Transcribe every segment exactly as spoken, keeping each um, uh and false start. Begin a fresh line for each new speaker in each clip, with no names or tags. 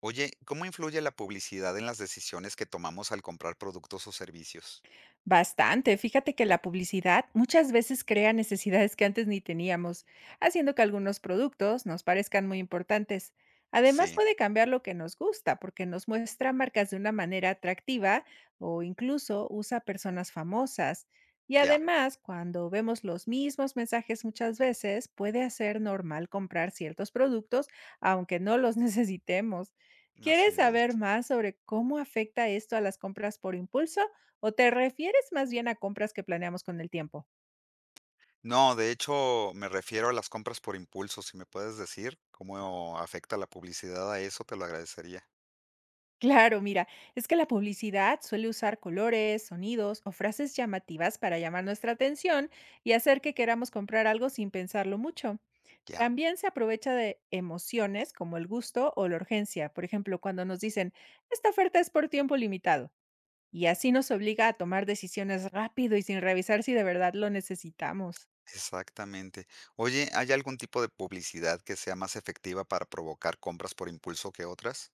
Oye, ¿cómo influye la publicidad en las decisiones que tomamos al comprar productos o servicios?
Bastante. Fíjate que la publicidad muchas veces crea necesidades que antes ni teníamos, haciendo que algunos productos nos parezcan muy importantes. Además,
Sí,
puede cambiar lo que nos gusta, porque nos muestra marcas de una manera atractiva o incluso usa personas famosas. Y
ya,
además, cuando vemos los mismos mensajes muchas veces, puede hacer normal comprar ciertos productos, aunque no los necesitemos.
así
¿Quieres
es.
saber más sobre cómo afecta esto a las compras por impulso? ¿O te refieres más bien a compras que planeamos con el tiempo?
No, de hecho, me refiero a las compras por impulso. Si me puedes decir cómo afecta la publicidad a eso, te lo agradecería.
Claro, mira, es que la publicidad suele usar colores, sonidos o frases llamativas para llamar nuestra atención y hacer que queramos comprar algo sin pensarlo mucho.
Ya,
También se aprovecha de emociones como el gusto o la urgencia. Por ejemplo, cuando nos dicen, esta oferta es por tiempo limitado. Y así nos obliga a tomar decisiones rápido y sin revisar si de verdad lo necesitamos.
exactamente. Oye, ¿hay algún tipo de publicidad que sea más efectiva para provocar compras por impulso que otras?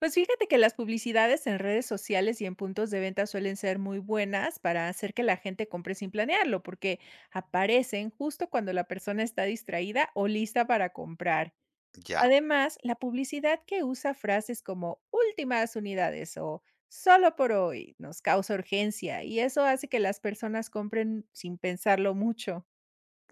Pues fíjate que las publicidades en redes sociales y en puntos de venta suelen ser muy buenas para hacer que la gente compre sin planearlo, porque aparecen justo cuando la persona está distraída o lista para comprar.
Ya,
Además, la publicidad que usa frases como últimas unidades o solo por hoy nos causa urgencia y eso hace que las personas compren sin pensarlo mucho.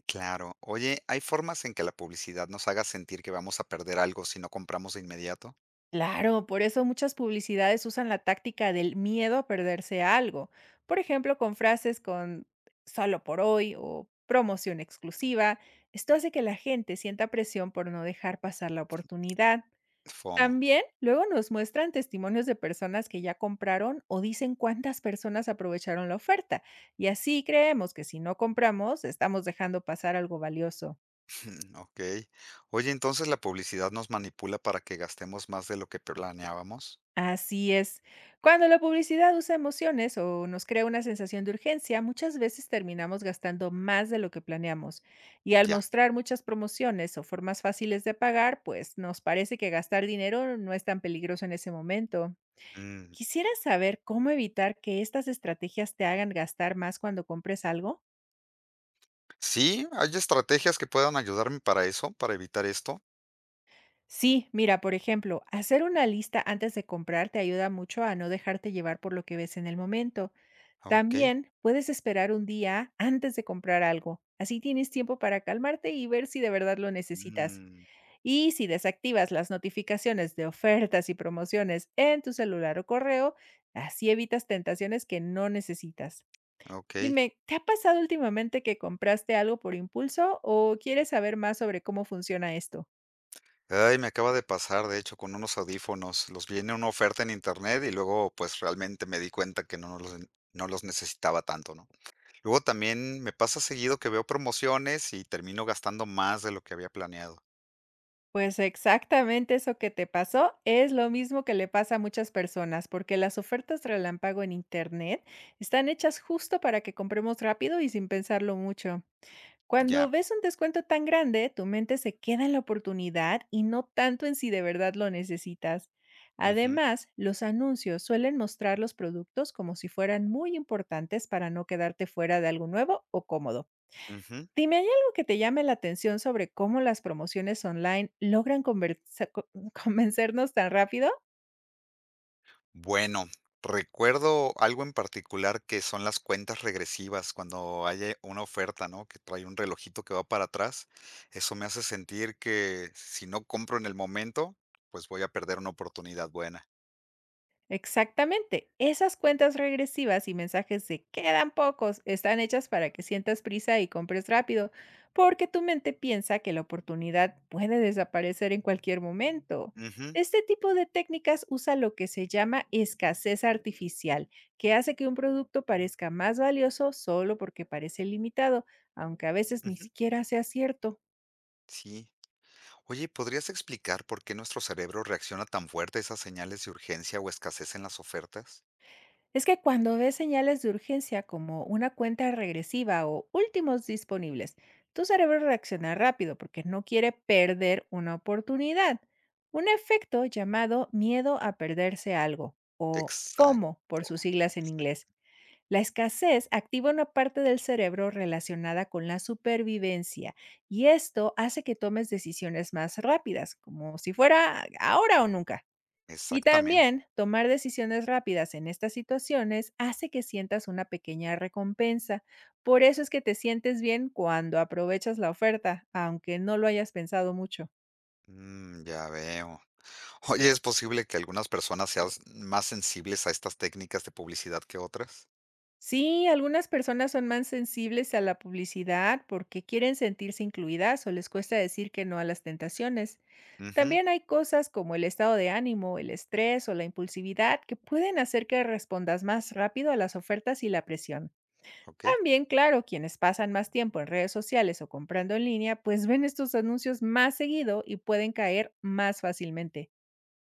claro. Oye, ¿hay formas en que la publicidad nos haga sentir que vamos a perder algo si no compramos de inmediato?
Claro, por eso muchas publicidades usan la táctica del miedo a perderse algo. Por ejemplo, con frases con solo por hoy o promoción exclusiva. Esto hace que la gente sienta presión por no dejar pasar la oportunidad.
FOMO.
También luego nos muestran testimonios de personas que ya compraron o dicen cuántas personas aprovecharon la oferta. Y así creemos que si no compramos, estamos dejando pasar algo valioso.
Ok. Oye, entonces la publicidad nos manipula para que gastemos más de lo que planeábamos.
Así es. Cuando la publicidad usa emociones o nos crea una sensación de urgencia, muchas veces terminamos gastando más de lo que planeamos. Y al
Ya.
mostrar muchas promociones o formas fáciles de pagar, pues nos parece que gastar dinero no es tan peligroso en ese momento.
Mm.
Quisiera saber cómo evitar que estas estrategias te hagan gastar más cuando compres algo.
Sí, hay estrategias que puedan ayudarme para eso, para evitar esto.
Sí, mira, por ejemplo, hacer una lista antes de comprar te ayuda mucho a no dejarte llevar por lo que ves en el momento.
Ok.
También puedes esperar un día antes de comprar algo. Así tienes tiempo para calmarte y ver si de verdad lo necesitas.
Mm,
Y si desactivas las notificaciones de ofertas y promociones en tu celular o correo, así evitas tentaciones que no necesitas.
ok.
Dime, ¿te ha pasado últimamente que compraste algo por impulso o quieres saber más sobre cómo funciona esto?
Ay, me acaba de pasar, de hecho, con unos audífonos. Los vi en una oferta en internet y luego, pues, realmente me di cuenta que no los, no los necesitaba tanto, ¿no? Luego también me pasa seguido que veo promociones y termino gastando más de lo que había planeado.
Pues exactamente eso que te pasó es lo mismo que le pasa a muchas personas, porque las ofertas relámpago en Internet están hechas justo para que compremos rápido y sin pensarlo mucho.
Ya.
Cuando ves un descuento tan grande, tu mente se queda en la oportunidad y no tanto en si de verdad lo necesitas.
Ujú,
Además, los anuncios suelen mostrar los productos como si fueran muy importantes para no quedarte fuera de algo nuevo o cómodo.
ujú.
Dime, ¿hay algo que te llame la atención sobre cómo las promociones online logran conversa co convencernos tan rápido?
Bueno, recuerdo algo en particular que son las cuentas regresivas, cuando hay eh, una oferta, ¿no? Que trae un relojito que va para atrás. Eso me hace sentir que si no compro en el momento, pues voy a perder una oportunidad buena.
Exactamente. Esas cuentas regresivas y mensajes de quedan pocos están hechas para que sientas prisa y compres rápido, porque tu mente piensa que la oportunidad puede desaparecer en cualquier momento.
Ujú,
Este tipo de técnicas usa lo que se llama escasez artificial, que hace que un producto parezca más valioso solo porque parece limitado, aunque a veces ni
ujú,
siquiera sea cierto.
sí. Oye, ¿podrías explicar por qué nuestro cerebro reacciona tan fuerte a esas señales de urgencia o escasez en las ofertas?
Es que cuando ves señales de urgencia como una cuenta regresiva o últimos disponibles, tu cerebro reacciona rápido porque no quiere perder una oportunidad. Un efecto llamado miedo a perderse algo o FOMO
Exacto.
por sus siglas en
exact-
inglés. La escasez activa una parte del cerebro relacionada con la supervivencia y esto hace que tomes decisiones más rápidas, como si fuera ahora o nunca. Y
Exactamente.
también tomar decisiones rápidas en estas situaciones hace que sientas una pequeña recompensa. Por eso es que te sientes bien cuando aprovechas la oferta, aunque no lo hayas pensado mucho.
Mm, ya veo. Oye, ¿es posible que algunas personas sean más sensibles a estas técnicas de publicidad que otras?
Sí, algunas personas son más sensibles a la publicidad porque quieren sentirse incluidas o les cuesta decir que no a las tentaciones.
Ujú,
También hay cosas como el estado de ánimo, el estrés o la impulsividad que pueden hacer que respondas más rápido a las ofertas y la presión.
ok,
También, claro, quienes pasan más tiempo en redes sociales o comprando en línea, pues ven estos anuncios más seguido y pueden caer más fácilmente.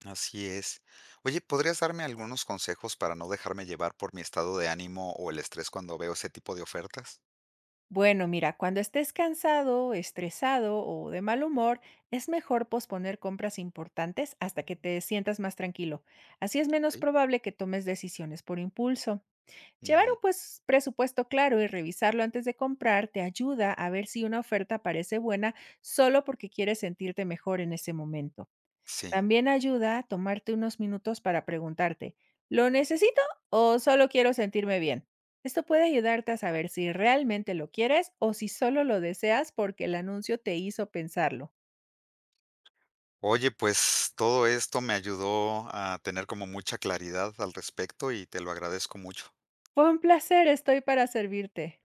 así es. Oye, ¿podrías darme algunos consejos para no dejarme llevar por mi estado de ánimo o el estrés cuando veo ese tipo de ofertas?
Bueno, mira, cuando estés cansado, estresado o de mal humor, es mejor posponer compras importantes hasta que te sientas más tranquilo. Así es
Ok,
menos probable que tomes decisiones por impulso. Llevar
ujú,
un pues, presupuesto claro y revisarlo antes de comprar te ayuda a ver si una oferta parece buena solo porque quieres sentirte mejor en ese momento.
sí.
También ayuda a tomarte unos minutos para preguntarte, ¿lo necesito o solo quiero sentirme bien? Esto puede ayudarte a saber si realmente lo quieres o si solo lo deseas porque el anuncio te hizo pensarlo.
Oye, pues todo esto me ayudó a tener como mucha claridad al respecto y te lo agradezco mucho.
Fue un placer, estoy para servirte.